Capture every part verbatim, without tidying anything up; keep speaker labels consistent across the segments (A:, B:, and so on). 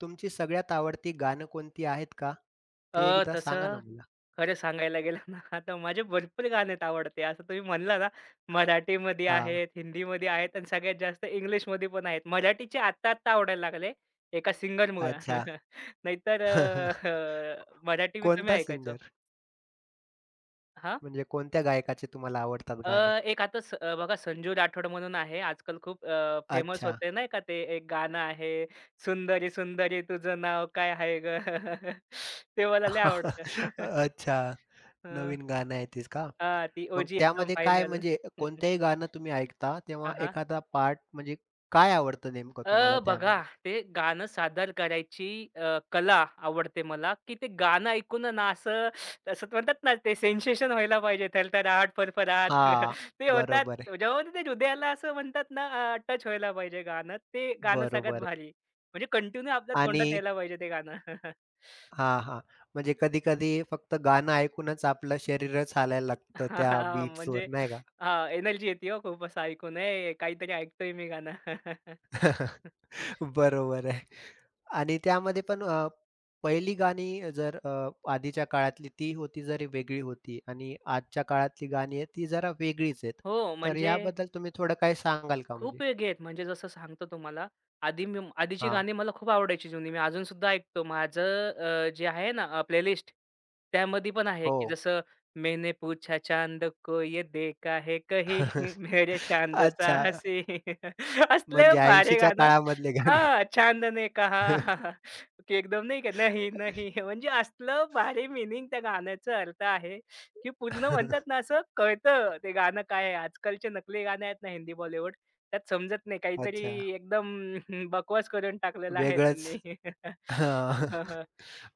A: तुमची सगळ्यात आवडती गाणं कोणती आहेत का? ते
B: अ,
A: एकदा सांगा
B: तसं
A: ना मला?
B: खरं सांगायला गेलं ना, आता माझे भरपूर गाणेत आवडते. असं तुम्ही म्हणला ना, मराठीमध्ये
A: हां.
B: आहेत, हिंदीमध्ये आहेत आणि सगळ्यात जास्त इंग्लिशमध्ये पण आहेत. मराठीचे आत्ता-आत्ता आवडायला लागले एका सिंगरमुळं.
A: अच्छा.
B: नाहीतर अ, मराठी मी कमी
A: कोणता
B: ऐकायचो.
A: सिंगर?
B: हां?
A: म्हणजे कोणत्या गायकाचे तुम्हाला आवडतात
B: अ,
A: गाणे?
B: एक आता स अ, बघा संजू राठोड म्हणून आहे. आजकाल खूप फेमस
A: अच्छा.
B: होते नाही का ते एक गाणं आहे, सुंदरी सुंदरी तुझं नाव काय आहे गं? ते मला लय आवडतं.
A: अच्छा.
B: हं.
A: नवीन गाणं आहे तेच का?
B: हां, ती
A: मग
B: ओजी एकदम
A: त्यामध्ये काय
B: फायनल.
A: म्हणजे कोणतंही गाणं तुम्ही ऐकता तेव्हा
B: हां, हां.
A: एखादा पार्ट म्हणजे काय आवडतं नेमकं तुम्हाला
B: अ, बघा
A: त्यामध्ये?
B: ते गाणं सादर करायची अ, कला आवडते मला, की ते गाणं ऐकून आहे ना असं असं म्हणतात ना ते सेन्सेशन व्हायला पाहिजे. थरथराट, फरफराट
A: हां.
B: ते होतात.
A: बरोबर आहे.
B: जेव्हा ते हृदयाला असं म्हणतात ना अ, टच व्हायला पाहिजे गाणं. ते गाणं
A: बरोबर
B: सगळ्यात
A: आहे.
B: भारी. म्हणजे कंटिन्यू आपल्या
A: आणि
B: तोंडात यायला पाहिजे ते गाणं.
A: हां, हां. म्हणजे कधी-कधी फक्त गाणं ऐकूनच आपलं शरीरच हालायला लागतं त्या
B: हां, म्हणजे
A: बीट्सवर नाही का?
B: हां, एनर्जी येते हो खूप असं ऐकून. "ए, काहीतरी ऐकतोय मी गाणं."
A: बरोबर आहे. आणि त्यामध्ये पण अ, पहिली गाणी जर अ, आधीच्या काळातली ती होती जरी वेगळी होती आणि आजच्या काळातली गाणी आहेत ती जरा वेगळीच आहेत.
B: हो,
A: तर
B: म्हणजे
A: याबद्दल तुम्ही थोडं काही सांगाल का म्हणजे?
B: खूप वेगळी आहेत. म्हणजे जसं सांगतो तुम्हाला, आधी मी आधीची
A: हां.
B: गाणी मला खूप आवडायची जुनी. मी अजून सुद्धा ऐकतो. माझं अ, जे आहे ना अ, प्लेलिस्ट त्यामध्ये पण आहे,
A: हो.
B: की जसं मैंने पूछा चांद को ये देखा है कही मेरे चांद
A: अच्छा.
B: साहसी असले
A: म्हणजे
B: भारी
A: ऐंशीच्या
B: गाणं
A: काळामधले गाणे.
B: हां, चांद ने कहा की एकदम नाही का "नहीं, नहीं" म्हणजे असलं भारी मीनिंग त्या गाण्याचा अर्थ आहे, की पूर्ण म्हणतात ना असं कळतं ते गाणं काय आहे. आजकालचे नकली गाणे आहेत ना हिंदी त्यात समजत नाही काहीतरी
A: अच्छा.
B: एकदम बकवास करून टाकलेला आहे
A: वेगळंच.
B: त्यांनी.
A: हां.
B: हं, हं.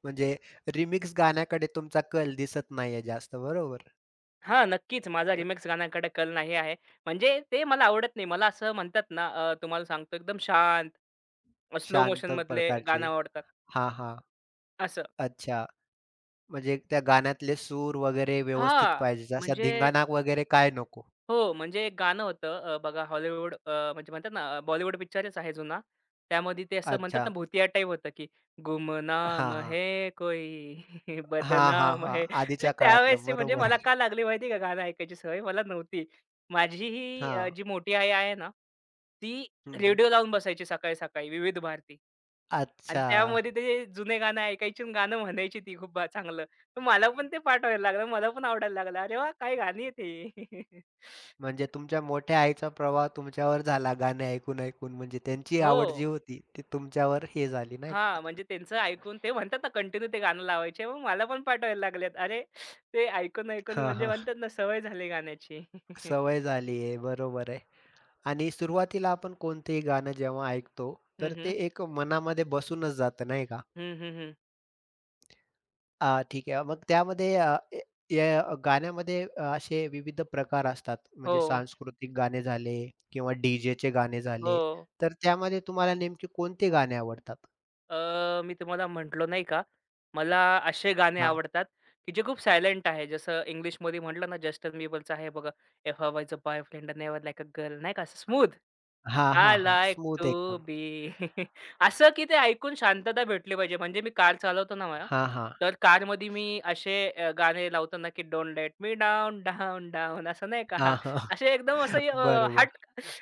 A: म्हणजे रिमिक्स गाण्याकडे तुमचा कल दिसत नाहीये जास्त, बरोबर?
B: हां, नक्कीच माझा रिमेक्स गाण्याकडे कल नाही आहे. म्हणजे ते मला आवडत नाही. मला असं म्हणतात ना अ, तुम्हाला सांगतो एकदम शांत, स्लो
A: शांत
B: मोशनमधले गाणं
A: प्रकारचे
B: आवडतात
A: हां, हां.
B: असं.
A: अच्छा. म्हणजे त्या गाण्यातले सूर वगैरे व्यवस्थित
B: हां,
A: पाहिजे, जसा
B: म्हणजे
A: धिंगाणा वगैरे काय नको?
B: हो, म्हणजे एक गाणं होतं अ, बघा हॉलिवूड अ, म्हणजे म्हणतात ना अ, बॉलिवूड पिक्चरच आहे जुना. त्यामध्ये ते असं म्हणतात
A: अच्छा.
B: ना भुतिया टाइप होतं, की
A: हां,
B: गुमनाम
A: हां.
B: है कोई
A: हां, हां,
B: बदनाम
A: हां.
B: है. म्हणजे
A: आधीच्या काळातलं
B: त्यावेळेसचे म्हणजे
A: बरोबर.
B: मला का लागली माहिती आहे का गाणं ऐकायची सवय? मला नव्हती. माझी ही अ,
A: हां.
B: जी मोठी आई आहे ना, ती
A: हं, हं.
B: रेडिओ लावून बसायची सकाळी-सकाळी विविध भारती. आणि
A: अच्छा.
B: त्यामध्ये ते जुने गाणं ऐकायची आणि गाणं म्हणायची ती खूप ब चांगलं. तर मला पण ते पाठ लागलं. मला पण आवडायला लागलं. अरे वाह! काय गाणी आहेत ही.
A: म्हणजे तुमच्या मोठ्या आईचा प्रभाव तुमच्यावर झाला गाणे ऐकून-ऐकून. म्हणजे त्यांची
B: हो.
A: आवड जी होती, ती तुमच्यावर हे झाली नाही
B: हां,
A: का?
B: म्हणजे त्यांचं ऐकून ते म्हणतात ना कंटिन्यू ते गाणं लावायचे. मग मला पण पाठवायला लागलेत. अरे, ते ऐकून-ऐकून
A: हां,
B: म्हणजे
A: हां.
B: म्हणतात ना सवय झाली गाण्याची.
A: सवय झाली आहे. बरोबर आहे. आणि सुरुवातीला आपण कोणतंही गाणं जेव्हा ऐकतो,
B: हं,
A: तर ते
B: हं.
A: एक मनामध्ये बसूनच जातं नाही का?
B: हं, हं, हं.
A: अ, ठीक आहे. मग त्यामध्ये अ, ए या गाण्यामध्ये अ, असे विविध प्रकार असतात.
B: हो,
A: म्हणजे सांस्कृतिक गाणे झाले किंवा डीजे चे गाणे झाले.
B: हो.
A: तर त्यामध्ये तुम्हाला नेमके कोणते गाणे आवडतात?
B: अ, मी तुम्हाला म्हटलो नाही का, मला असे गाणे
A: हां.
B: आवडतात, की जे खूप सायलेंट आहे. जसं इंग्लिशमध्ये म्हटलं ना, जस्टिन बिबरचं आहे बघा, "if I was a boyfriend, never like a girl." नाही का, असं स्मूथ.
A: हां, हां,
B: आय
A: हां.
B: लाइक
A: स्मूथ
B: टू
A: एकदम.
B: बी असं की ते ऐकून शांतता भेटली पाहिजे. म्हणजे मी कार चालवतो ना मला,
A: हां, हां.
B: तर कारमध्ये मी असे अ, गाणे लावतो ना, की "don't let me down, down, down." असं नाही का,
A: हां, हां.
B: असे एकदम असं अ, हट
A: बरोबर.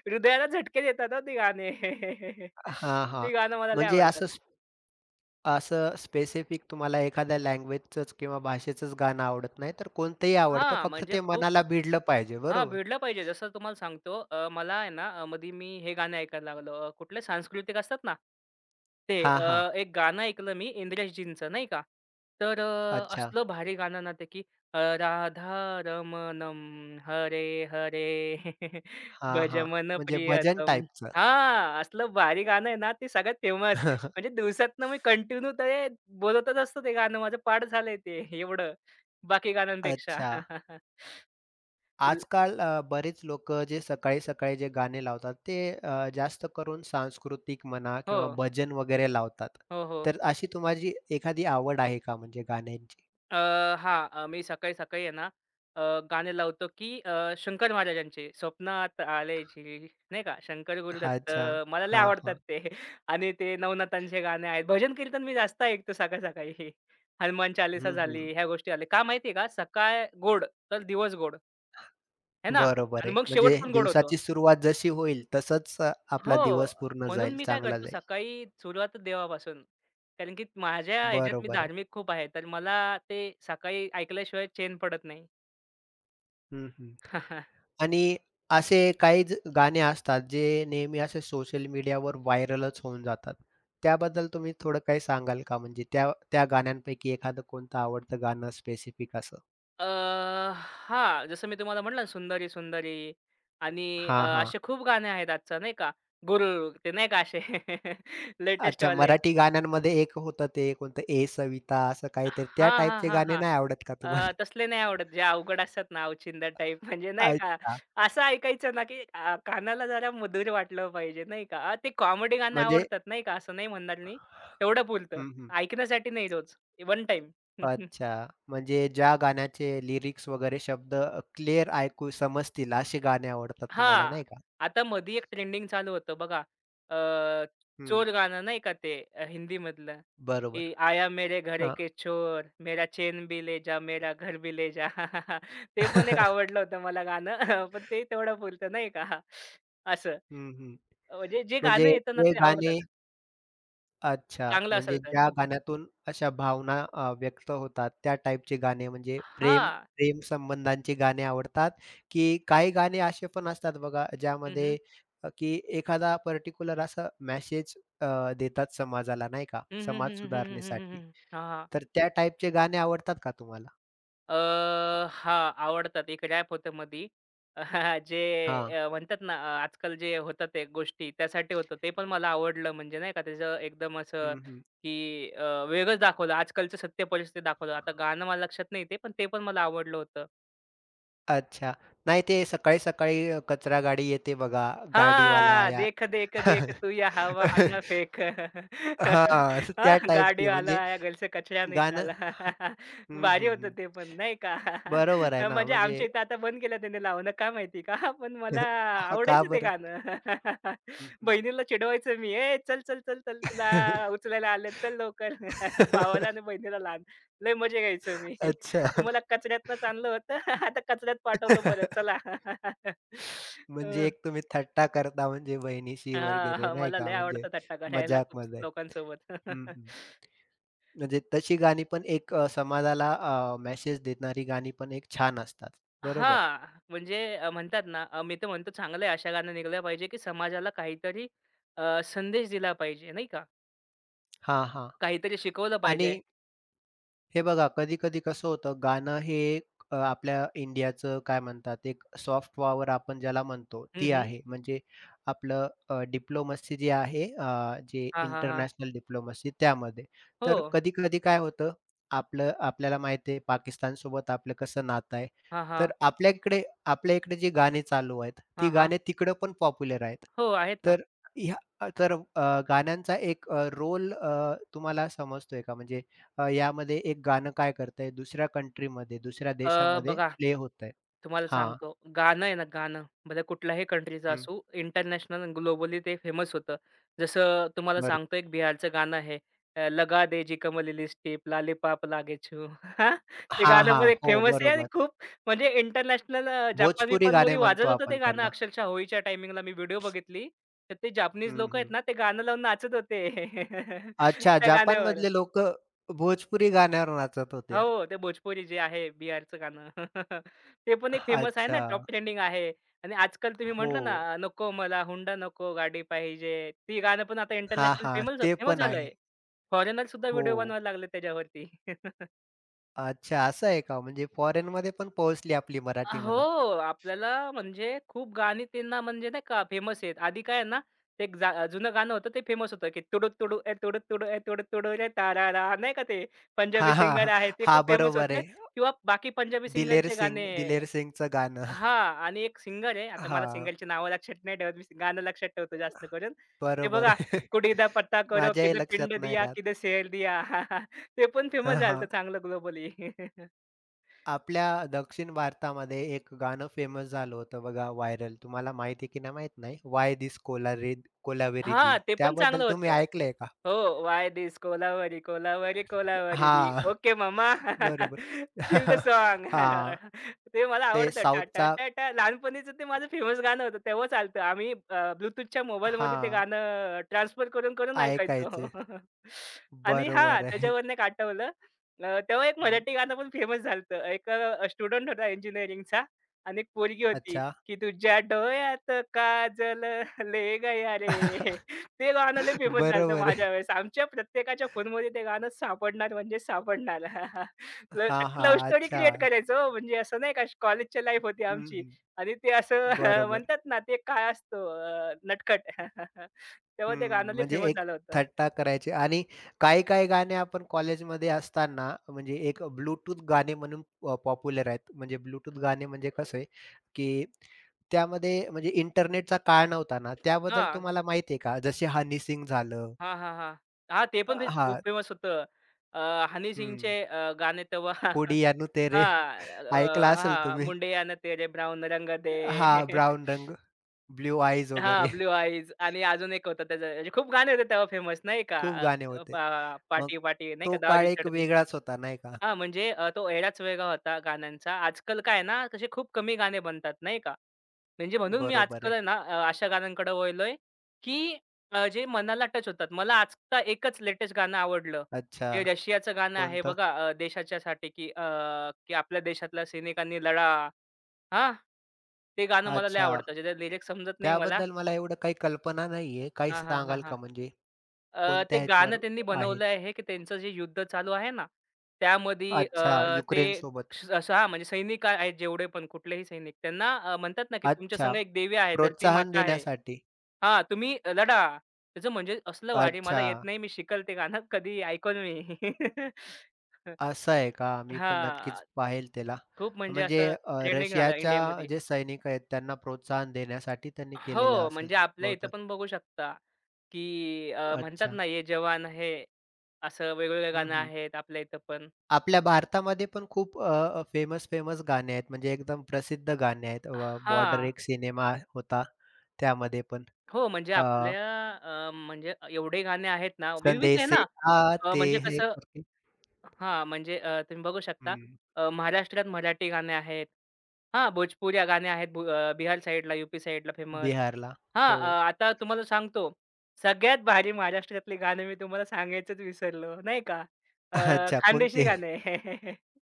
B: हृदयाला झटके देतात हो ती गाणे.
A: हां, हां.
B: ती गाणं मला लय
A: म्हणजे
B: आवडतात.
A: असं असं स्पेसिफिक तुम्हाला एखाद्या लँग्वेजचंच किंवा भाषेचंच गाणं आवडत नाही, तर कोणतंही आवडतं.
B: हां,
A: फक्त
B: म्हणजे
A: ते
B: खूप
A: मनाला भिडलं पाहिजे,
B: हां,
A: बरोबर?
B: भिडलं पाहिजे. जसं तुम्हाला सांगतो अ, मला आहे ना अ, मध्ये मी हे गाणं ऐकायला लागलो अ, कुठले सांस्कृतिक असतात ना ते
A: हां, हां.
B: अ, एक गाणं ऐकलं मी इंद्रेशजींचं नाही का. तर अ,
A: अच्छा.
B: असलं भारी गाणं ना ते की अ, राधा रमणं हरे हरे
A: हां, हां.
B: गजमन
A: म्हणजे भजन
B: प्रियतम.
A: टाईपचं.
B: हां, असलं भारी गाणं आहे ना ते सगळ्यात फेमस. म्हणजे दिवसातनं मी कंटिन्यू ते बोलतच असतो ते गाणं माझं पाठ झालंय ते एवढं बाकी गाण्यांपेक्षा.
A: अच्छा.
B: इल
A: आजकाल अ, बरेच लोकं जे सकाळी-सकाळी जे गाणे लावतात, ते अ, जास्त करून सांस्कृतिक म्हणा
B: हो.
A: किंवा भजन वगैरे लावतात.
B: हो, हो.
A: तर अशी तुम्हाला एखादी आवड आहे का म्हणजे गाण्यांची?
B: अ, हां. अ, मी सकाळी-सकाळी आहे ना, अ, गाणे लावतो की अ, शंकर महाराजांचे स्वप्नात आले श्री नाही का, शंकर गुरुदत्त
A: अच्छा.
B: मला लय
A: हां,
B: आवडतात
A: हां.
B: ते आणि ते नवनाथांचे गाणे आहेत. भजन कीर्तन मी जास्त ऐकतो सकाळ-सकाळी. हनुमान चालीसा
A: हं,
B: झाली,
A: हं.
B: ह्या गोष्टी आल्या. का माहिती का, सकाळ गोड तर दिवस गोड, है ना?
A: बरोबर
B: आणि
A: आहे.
B: मग शेवट
A: म्हणजे
B: पण गोड होतो.
A: दिवसाची सुरुवात जशी होईल तसंच अ,
B: हो.
A: आपला दिवस
B: अ,
A: पूर्ण
B: म्हणून
A: जाईल,
B: मी काय
A: चांगला
B: करतो
A: जाईल.
B: सकाळी सुरुवातच देवापासून. कारण की माझ्या ह्याच्यात मी
A: बरोबर आहे.
B: धार्मिक खूप आहे. तर मला ते सकाळी ऐकल्याशिवाय चैन पडत नाही.
A: हं, हं. आणि असे काही ज गाणे असतात जे नेहमी असे सोशल मीडियावर व्हायरलच होऊन जातात. त्याबद्दल तुम्ही थोडं काही सांगाल का? म्हणजे त्या त्या गाण्यांपैकी एखादं कोणतं आवडतं गाणं स्पेसिफिक असं?
B: अ, हां, जसं मी तुम्हाला म्हटलं ना सुंदरी सुंदरी आणि अ,
A: हां, हां.
B: असे खूप गाणे आहेत आजचा नाही का. गुरुर ते नाही का असे
A: अच्छा
B: लेटेस्टवाले.
A: मराठी गाण्यांमध्ये एक होतं ते कोणतं "ए सविता" असं काहीतरी त्या
B: हां, हां,
A: टाइपचे
B: हां,
A: गाणे
B: हां.
A: नाही आवडत का तुम्हाला?
B: अ, तसले नाही आवडत जे अवघड असतात ना, अवचिंदा टाइप म्हणजे नाही का,
A: अच्छा.
B: असं ऐकायचं ना, की अ, कानाला जरा मधुर वाटलं पाहिजे नाही का. अ, ते कॉमेडी गाणं
A: म्हणजे
B: आवडतात नाही का, असं नाही म्हणणार मी. तेवढं पुरतं.
A: हं, हं.
B: ऐकण्यासाठी नाही रोज, वन टाइम
A: अच्छा. म्हणजे ज्या गाण्याचे लिरिक्स वगैरे शब्द अ, क्लिअर ऐकू समजतील अशी गाणी आवडतात तुम्हाला
B: हां.
A: नाही का?
B: आता मधी एक ट्रेंडिंग चालू होतं बघा. अ,
A: हं.
B: चोर गाणं नाही का ते अ, हिंदीमधलं, की
A: बरोबर.
B: आया मेरे घरे
A: हां.
B: के चोर, मेरा चैन भी ले जा, मेरा घर भी ले जा. ते पण एक आवडलं होतं मला गाणं. पण ते तेवढं पुरतं नाही का. असं.
A: हं, हं.
B: म्हणजे जे
A: म्हणजे
B: गाणं येतं ना
A: हे
B: ते
A: गाणे
B: आवडतंच.
A: अच्छा.
B: चांगलं असेल
A: म्हणजे
B: तर.
A: ज्या गाण्यातून अशा भावना अ, व्यक्त होतात, त्या टाइपचे गाणे म्हणजे प्रेम
B: हां.
A: प्रेम संबंधांची गाणी आवडतात, की काही गाणी असे पण असतात बघा
B: हं, हं.
A: ज्यामध्ये अ, की एखादा पर्टिक्युलर असा मेसेज देतात समाजाला नाही का,
B: हं, हं,
A: समाज
B: हं, हं, हं, हं, हं,
A: सुधारणेसाठी.
B: हं, हं.
A: तर त्या टाइपचे गाणे आवडतात का तुम्हाला?
B: अ, हां, आवडतात. एक रॅप होतं मधी जे
A: हां.
B: अ, म्हणतात ना, अ, आजकाल जे होतं ते गोष्टी त्यासाठी होतं. ते पण मला आवडलं म्हणजे नाही का त्याचं एकदम असं
A: हं, हं.
B: की अ, वेगळंच दाखवलं. आजकालचं सत्य परिस्थिती दाखवलं. आता गाणं मला लक्षात नाही ते आहे, पण ते पण मला आवडलं होतं.
A: अच्छा. नाही ते सकाळी-सकाळी अ, कचरा गाडी येते बघा, गाडीवाला
B: हाँ,
A: आया.
B: देख देख देख तू यहाँ वहां फेंक.
A: हां. त्या
B: गाड़ी
A: टाइपचे
B: गाडीवाला
A: म्हणजे
B: आया घर से कचरा
A: गाणं
B: निकाला.
A: हं,
B: भारी
A: हं,
B: होतं
A: हं.
B: ते पण नाही का?
A: बरोबर आहे
B: अं,
A: ना,
B: म्हणजे आमच्या
A: म्हणजे
B: इथं आता बंद केलं त्याने लावणं का माहिती का? पण मला
A: हां, का
B: आवडायचं ते
A: बरं?
B: गाणं.
A: हं, हं.
B: बहिणीला चिडवायचं मी, "ए चल, चल, चल, चल तुला उचलायला आलेत चल लवकर." भावाला आणि बहिणीला लहान. लय मजा घ्यायचो मी.
A: अच्छा.
B: "तू कचऱ्यातनंच आणलं होतं, आता कचऱ्यात पाठवतो परत चला."
A: म्हणजे
B: अ
A: एक तुम्ही थट्टा करता म्हणजे बहिणीशी
B: हां,
A: वगैरे
B: हां.
A: नाही
B: मला
A: का,
B: लय
A: म्हणजे
B: आवडतं थट्टा करायला खूप
A: मजाकमध्ये.
B: लोकांसोबत.
A: हं, हं. म्हणजे तशी गाणी पण एक अ, समाजाला अ, मेसेज देणारी गाणी पण एक छान असतात. बरोबर.
B: हां, म्हणजे अ, म्हणतात ना, अ, मी तर म्हणतो चांगलं आहे अशा गाण्या निघाल्या पाहिजे, की समाजाला काहीतरी अ, संदेश दिला पाहिजे, नाही का?
A: हां, हां.
B: काहीतरी शिकवलं
A: आणि
B: पाहिजे.
A: हे बघा, कधी-कधी कसं होतं गाणं हे एक अ, आपल्या इंडियाचं काय म्हणतात एक सॉफ्ट पॉवर आपण ज्याला म्हणतो
B: हं,
A: ती
B: हं.
A: आहे. म्हणजे आपलं अ, डिप्लोमसी जी आहे अ, जे
B: हां, हां, हां.
A: इंटरनॅशनल डिप्लोमसी त्यामध्ये.
B: हो.
A: तर कधी-कधी काय होतं आपलं आपल्याला माहिती आहे पाकिस्तानसोबत आपलं कसं नातं आहे.
B: हां, हां.
A: तर आपल्या इकडे आपल्या इकडे जी गाणी चालू आहेत, ती
B: हां, हां.
A: गाणी तिकडं पण पॉप्युलर आहेत.
B: हो, आहेत ना.
A: तर ह्या तर अ, गाण्यांचा एक रोल तुम्हाला समजतोय का? म्हणजे अ, यामध्ये एक गाणं काय करतंय दुसऱ्या कंट्रीमध्ये, दुसऱ्या
B: अ,
A: देशामध्ये
B: बघा
A: प्ले होतंय.
B: तुम्हाला
A: हां.
B: सांगतो गाणं आहे ना गाणं, भले कुठल्याही कंट्रीचं
A: हं.
B: असू, इंटरनॅशनल आणि ग्लोबली ते फेमस होतं. जसं तुम्हाला
A: बरं.
B: सांगतो एक बिहारचं गाणं आहे अ, लगा दे जी कमल लिपस्टिक लॉलीपॉप लागे छू. ते
A: हां,
B: गाणं
A: हां.
B: पण एक
A: हो,
B: फेमस आहे आणि
A: बरोबर.
B: खूप म्हणजे इंटरनॅशनल अ, जपानी
A: भोजपुरी गाणे
B: मध्ये वाजत
A: म्हणतो
B: होतं ते
A: आपण
B: गाणं
A: त्यांना.
B: अक्षरशः होळीच्या टायमिंगला मी व्हिडिओ बघितली. तर ते जपानीज
A: हं,
B: लोकं
A: हं.
B: आहेत ना, ते गाणं लावून नाचत होते
A: अच्छा,
B: त्या गाण्यावर.
A: जपानमधले लोकं भोजपुरी गाण्यावर नाचत होते.
B: हो, ते भोजपुरी जे आहे बिहारचं गाणं. ते पण एक फेमस आहे ना,
A: अच्छा.
B: टॉप ट्रेंडिंग आहे. आणि आजकाल तुम्ही
A: हो.
B: म्हटलं ना, अ, "नको मला हुंडा नको, गाडी पाहिजे." ती गाणं पण आता
A: हां,
B: इंटरनॅशनल
A: हां.
B: फेमस
A: ते
B: फेमस
A: पण
B: झालंय.
A: आहे.
B: फॉरेनर सुद्धा
A: हो.
B: व्हिडिओ बनवायला लागले त्याच्यावरती.
A: अच्छा, असं आहे का? म्हणजे फॉरेनमध्ये पण पोहोचली आपली मराठी
B: हो,
A: म्हणा.
B: आपल्याला म्हणजे खूप गाणी त्यांना म्हणजे नाही का फेमस आहेत. आधी काय आहे ना, ते एक जा जुनं गाणं होतं ते फेमस होतं, की "तुडू तुडू ए तुडू तुडू ए तुडू तुडू रे तारारा" नाही का ते पंजाबी
A: हां,
B: सिंगर
A: हां.
B: आहे ते
A: हां,
B: खूप फेमस
A: बरोबर
B: होते
A: आहे.
B: किंवा बाकी पंजाबी
A: दिलेर
B: सिंगरचे गाणे
A: सिंग दिलेर सिंगचं गाणं.
B: हां. आणि एक सिंगर आहे. आता मला
A: हां.
B: सिंगरची नावं लक्षात नाही ठेवत. मी गाणं लक्षात ठेवतो जास्त करून. ते
A: बरोबर
B: बघा,
A: आहे.
B: कुड़ीदा दा करो,
A: माझ्याही
B: किदे पिंड
A: लक्षात नाही
B: दिया,
A: राहत.
B: किदे शेर दिया. ते पण फेमस
A: हां,
B: झालं होतं
A: हां.
B: चांगलं ग्लोबली.
A: आपल्या दक्षिण भारतामध्ये एक गाणं फेमस झालं होतं बघा व्हायरल. तुम्हाला माहिती आहे की नाही माहीत नाही. "व्हाय धिस कोलारिद
B: हां,
A: कोलावेरिदी."
B: ते पण चांगलं
A: त्याबद्दल तुम्ही
B: होतं.
A: ऐकलंय का?
B: हो. व्हाय धिस कोलावरी, कोलावरी, कोलावरी दी.
A: हां,
B: ओके मम्मा.
A: बरोबर.
B: Feel the song.
A: हां.
B: ते मला
A: ते
B: आवडतं. टा टाटा,
A: साउथचा
B: टा टा. लहानपणीचं ते माझं फेमस गाणं होतं. तेव्हा चालतं. आम्ही अ, Bluetoothच्या मोबाईलमध्ये ते
A: हां,
B: गाणं ट्रान्सफर करून-करून ऐकायचो.
A: ऐकायचे.
B: आणि हां,
A: बरोबर आहे.
B: त्याच्यावरून एक आठवलं. अ, तेव्हा एक
A: हं.
B: मराठी गाणं पण फेमस झालं एक स्टुडंट होता इंजिनिअरिंगचा आणि एक पोरगी होती,
A: अच्छा.
B: की तुझ्या डोळ्यात काजल ले गया रे. ते गाणं लय फेमस झालं
A: बरोबर आहे.
B: माझ्या वेळेस. आमच्या प्रत्येकाच्या फोनमध्ये ते गाणं सापडणार म्हणजे सापडणार. लव्ह
A: हां,
B: लव्ह
A: हां.
B: स्टोरी
A: अच्छा.
B: क्रिएट करायचो हो, म्हणजे असं नाही का कॉलेजची लाईफ होती
A: हं,
B: आमची
A: हं.
B: आणि ते असं
A: बरोबर.
B: म्हणतात ना, ते काय असतो अ, नटखट. तेव्हा ते गाणं
A: हं,
B: लय
A: म्हणजे
B: फेमस
A: एक
B: झालं होतं.
A: थट्टा करायची आणि काही-काही गाणे आपण कॉलेजमध्ये असताना म्हणजे एक ब्लूटूथ गाणे म्हणून अ, पॉप्युलर आहेत. म्हणजे ब्लूटूथ गाणे म्हणजे कसं आहे, की त्यामध्ये म्हणजे इंटरनेटचा काळ नव्हता ना, त्याबद्दल
B: हां.
A: तुम्हाला माहिती आहे का? जसे हनी सिंग झालं
B: हां, हां, हां. हां, ते
A: अ,
B: पण
A: हां,
B: फेमस होतं. अ, हनी
A: हं,
B: सिंगचे अ, गाणे तेव्हा
A: कोडियानु तेरे
B: हां, अ,
A: ऐकलं असेल
B: हां,
A: तुम्ही.
B: मुंडेयान तेरे ब्राउन रंग दे.
A: हां, ब्राउन रंग, ब्लू आईज
B: हां,
A: वगैरे
B: ब्लू आईज आणि अजून एक होतं त्याचं म्हणजे खूप गाणे होते तेव्हा फेमस नाही का?
A: खूप
B: अ,
A: गाणे
B: अ,
A: होते.
B: पा
A: मग
B: पाटी पाटी नाही
A: तो
B: का
A: काळ
B: दारू
A: एक
B: चढदी
A: वेगळाच होता नाही का?
B: हां, म्हणजे अ, तो एडाच वेगळा होता गाण्यांचा. आजकाल काय आहे ना, तसे खूप कमी गाणे बनतात नाही का? म्हणजे म्हणून मी
A: बरोबर
B: आजकाल
A: आहे.
B: आहे ना अ, अशा गाण्यांकडे वळलोय, की अ, जे मनाला टच होतात. मला आजचा एकच लेटेस्ट गाणं आवडलं.
A: अच्छा,
B: ते रशियाचं गाणं आहे
A: कोणतं?
B: बघा अ, देशाच्यासाठी की अ, की आपल्या देशातल्या सैनिकांनी लढा. हां, ते गाणं मला लय
A: अच्छा.
B: आवडतं. त्याचे लिरिक्स समजत नाही मला.
A: त्याबद्दल मला एवढं काही कल्पना नाहीये. काही
B: हां, हां, हां,
A: सांगाल का
B: हां.
A: म्हणजे
B: अ,
A: कोणत्या
B: ते गाणं
A: ह्याच्यावर
B: त्यांनी
A: आहे?
B: बनवलं आहे, की त्यांचं जे युद्ध चालू आहे ना, त्यामध्ये अ,
A: अच्छा,
B: ते
A: युक्रेनसोबत.
B: श सहा म्हणजे सैनिक आ- आहेत जेवढे पण कुठलेही सैनिक त्यांना अ, म्हणतात ना, की तुमच्या
A: अच्छा,
B: संग एक देवी आहे, धरती
A: प्रोत्साहन
B: माता आहे.
A: देण्यासाठी.
B: हां, तुम्ही लढा. त्याचं म्हणजे असलं भारी मला
A: अच्छा,
B: येत नाही. मी शिकल ते गाणं कधी ऐकल मी.
A: असं आहे का? मी पण नक्कीच
B: हां,
A: पाहेल त्याला.
B: खूप म्हणजे
A: म्हणजे
B: असं
A: अ,
B: ट्रेंडिंग झालं
A: रशियाच्या
B: इंडियामध्ये.
A: जे सैनिक आहेत त्यांना प्रोत्साहन देण्यासाठी त्यांनी केलेलं
B: हो,
A: असेल
B: म्हणजे आपल्या इथं
A: बहुतेक.
B: पण बघू शकता, की अ, म्हणतात
A: अच्छा.
B: ना, "ये जवान है." असं वेगवेगळे
A: हं,
B: गाणं
A: हं.
B: आहेत आपल्या इथं पण.
A: आपल्या भारतामध्ये पण खूप फेमस-फेमस गाणे आहेत. म्हणजे एकदम प्रसिद्ध गाणे आहेत. बॉर्डर
B: हां.
A: एक सिनेमा होता त्यामध्ये पण.
B: हो, म्हणजे
A: अ
B: आपल्या अ, म्हणजे एवढे गाणे आहेत ना, विविध
A: कंधे
B: आहे
A: से
B: ना. अ,
A: आते
B: म्हणजे
A: हैं
B: कसं
A: करके
B: हां, म्हणजे अ, तुम्ही बघू शकता
A: हं.
B: अ, महाराष्ट्रात मराठी गाणे आहेत. हां, भोजपुरी गाणे आहेत भो अ, बिहार साईडला, यूपी साईडला फेमस.
A: बिहारला.
B: हां,
A: हो.
B: अ, आता तुम्हाला सांगतो, सगळ्यात भारी महाराष्ट्रातले गाणे मी तुम्हाला सांगायचंच विसरलो, नाही का? अ,
A: अच्छा
B: खानदेशी
A: कोणते?
B: गाणे.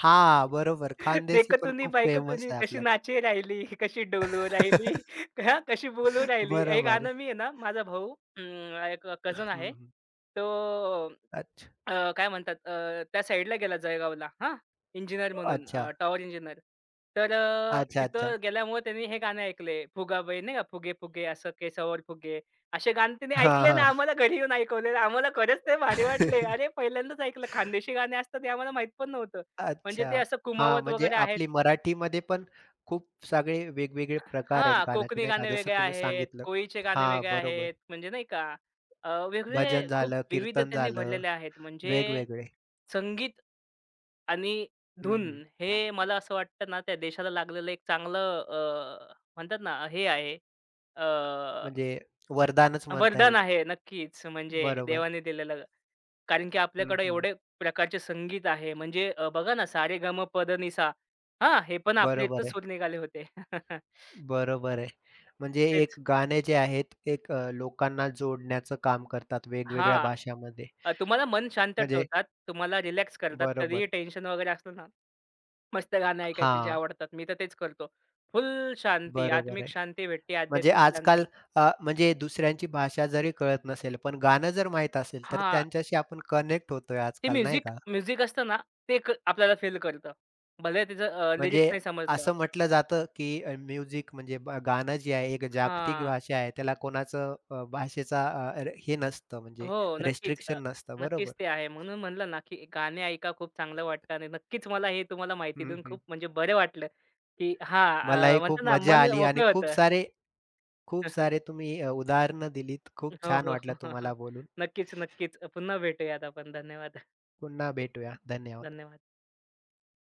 A: हां, बरोबर. खानदेशी
B: देखो
A: पण
B: तुनी
A: खूप
B: बायको
A: फेमस
B: तुनी
A: आहे
B: कशी नाचे राहिली, कशी डोलू राहिली,
A: आपल्याकडे.
B: हां, कशी बोलू राहिली. हे
A: बरोबर.
B: गाणं मी आहे ना, माझा भाऊ अं, एक
A: हं,
B: कजन आहे.
A: हं.
B: तो
A: अच्छा.
B: अ, काय म्हणतात अ, त्या साईडला गेला जळगावला हां, इंजिनियर म्हणून
A: अच्छा.
B: अ, टॉवर इंजिनियर. तर अ,
A: अच्छा, अच्छा.
B: तिथं गेल्यामुळे त्यांनी हे गाणे ऐकले. फुगाबाई नाही का, फुगे फुगे असं केसावर फुगे. असे गाणे त्यांनी
A: हां,
B: ऐकले आणि
A: हां.
B: आम्हाला घरी येऊन ऐकवले. आम्हाला खरंच ते भारी वाटले. अरे, पहिल्यांदाच ऐकलं. खानदेशी गाणे असतात हे आम्हाला माहीत पण नव्हतं. म्हणजे
A: अच्छा.
B: ते असं
A: हां,
B: कुमावत
A: म्हणजे
B: वगैरे आहेत.
A: आपली मराठीमध्ये पण खूप सगळे वेगवेगळे प्रकार आहेत
B: हां,
A: गाण्याचे
B: कोकणी
A: नाही का?
B: गाणे
A: जसं
B: वेगळे
A: तुम्ही
B: आहेत,
A: सांगितलं.
B: कोळीचे गाणे
A: हां,
B: वेगळे
A: बरोबर.
B: आहेत, म्हणजे नाही का अ, वेगवेगळे
A: भजन
B: खूप
A: झालं, कीर्तन
B: विविधतेने
A: झालं,
B: भरलेले आहेत. म्हणजे
A: वेगवेगळे.
B: संगीत आणि
A: हं,
B: धून
A: हं.
B: हे मला असं वाटतं ना, त्या देशाला लागलेलं एक चांगलं अ, म्हणतात ना, हे आहे अ,
A: म्हणजे वरदानच म्हणता येईल.
B: वरदान आहे नक्कीच, म्हणजे
A: बरोबर.
B: देवाने दिलेलं. कारण की
A: हं,
B: आपल्याकडं
A: हं.
B: एवढे प्रकारचे संगीत आहे. म्हणजे अ, बघा ना, सारेगमपधनिसा हां, हे पण आपल्या
A: बरोबर
B: इथनंच
A: आहे.
B: सूर निघाले होते.
A: बरोबर आहे. म्हणजे एक
B: तेच.
A: गाणे जे आहेत, एक अ, लोकांना जोडण्याचं काम करतात वेगवेगळ्या
B: हां.
A: भाषामध्ये.
B: अ, तुम्हाला मन शांत
A: म्हणजे
B: ठेवतात, तुम्हाला रिलॅक्स करतात. कधीही
A: बरोबर.
B: टेन्शन वगैरे असलं ना, मस्त गाणे ऐकायचे जे
A: हां,
B: आवडतात. मी तर तेच करतो. फुल शांती,
A: बरोबर
B: आत्मिक
A: आहे.
B: शांती भेटते,
A: म्हणजे
B: आध्यात्मिक शांती.
A: आजकाल अ, म्हणजे दुसऱ्यांची भाषा जरी कळत नसेल, पण गाणं जर माहीत असेल, तर
B: हां.
A: त्यांच्याशी आपण कनेक्ट होतोय
B: ते
A: आजकाल नाही
B: म्युझिक
A: का?
B: म्युझिक असतं ना, ते क आपल्याला फील करतं. भले त्याचं लिरिक्स
A: म्हणजे
B: नाही समजलं.
A: असं म्हटलं जातं, की अ, म्युझिक म्हणजे ब गाणं जे आहे एक जागतिक
B: हां.
A: भाषा आहे. त्याला कोणाचं अ, भाषेचा अ, र हे नसतं म्हणजे
B: हो, नक्कीच. अ,
A: रिस्ट्रिक्शन नसतं.
B: नक्कीच
A: बरोबर.
B: ते आहे. म्हणून म्हणलं ना, की गाणे ऐका खूप चांगलं वाटतं आणि नक्कीच मला हे तुम्हाला माहिती
A: हं,
B: देऊन
A: हं.
B: खूप म्हणजे बरं वाटलं, की हां, अ,
A: मलाही
B: म्हणतो
A: खूप
B: ना,
A: मजा
B: मन
A: आली आणि
B: मोकळं
A: खूप
B: होतं.
A: सारे खूप सारे तुम्ही अ, उदाहरणं दिलीत. खूप
B: हो,
A: छान
B: हो. हो,
A: वाटलं
B: हो, हो.
A: तुम्हाला बोलून.
B: नक्कीच, नक्कीच. पुन्हा भेटूयात आपण. धन्यवाद.
A: पुन्हा भेटूया. धन्यवाद.
B: धन्यवाद.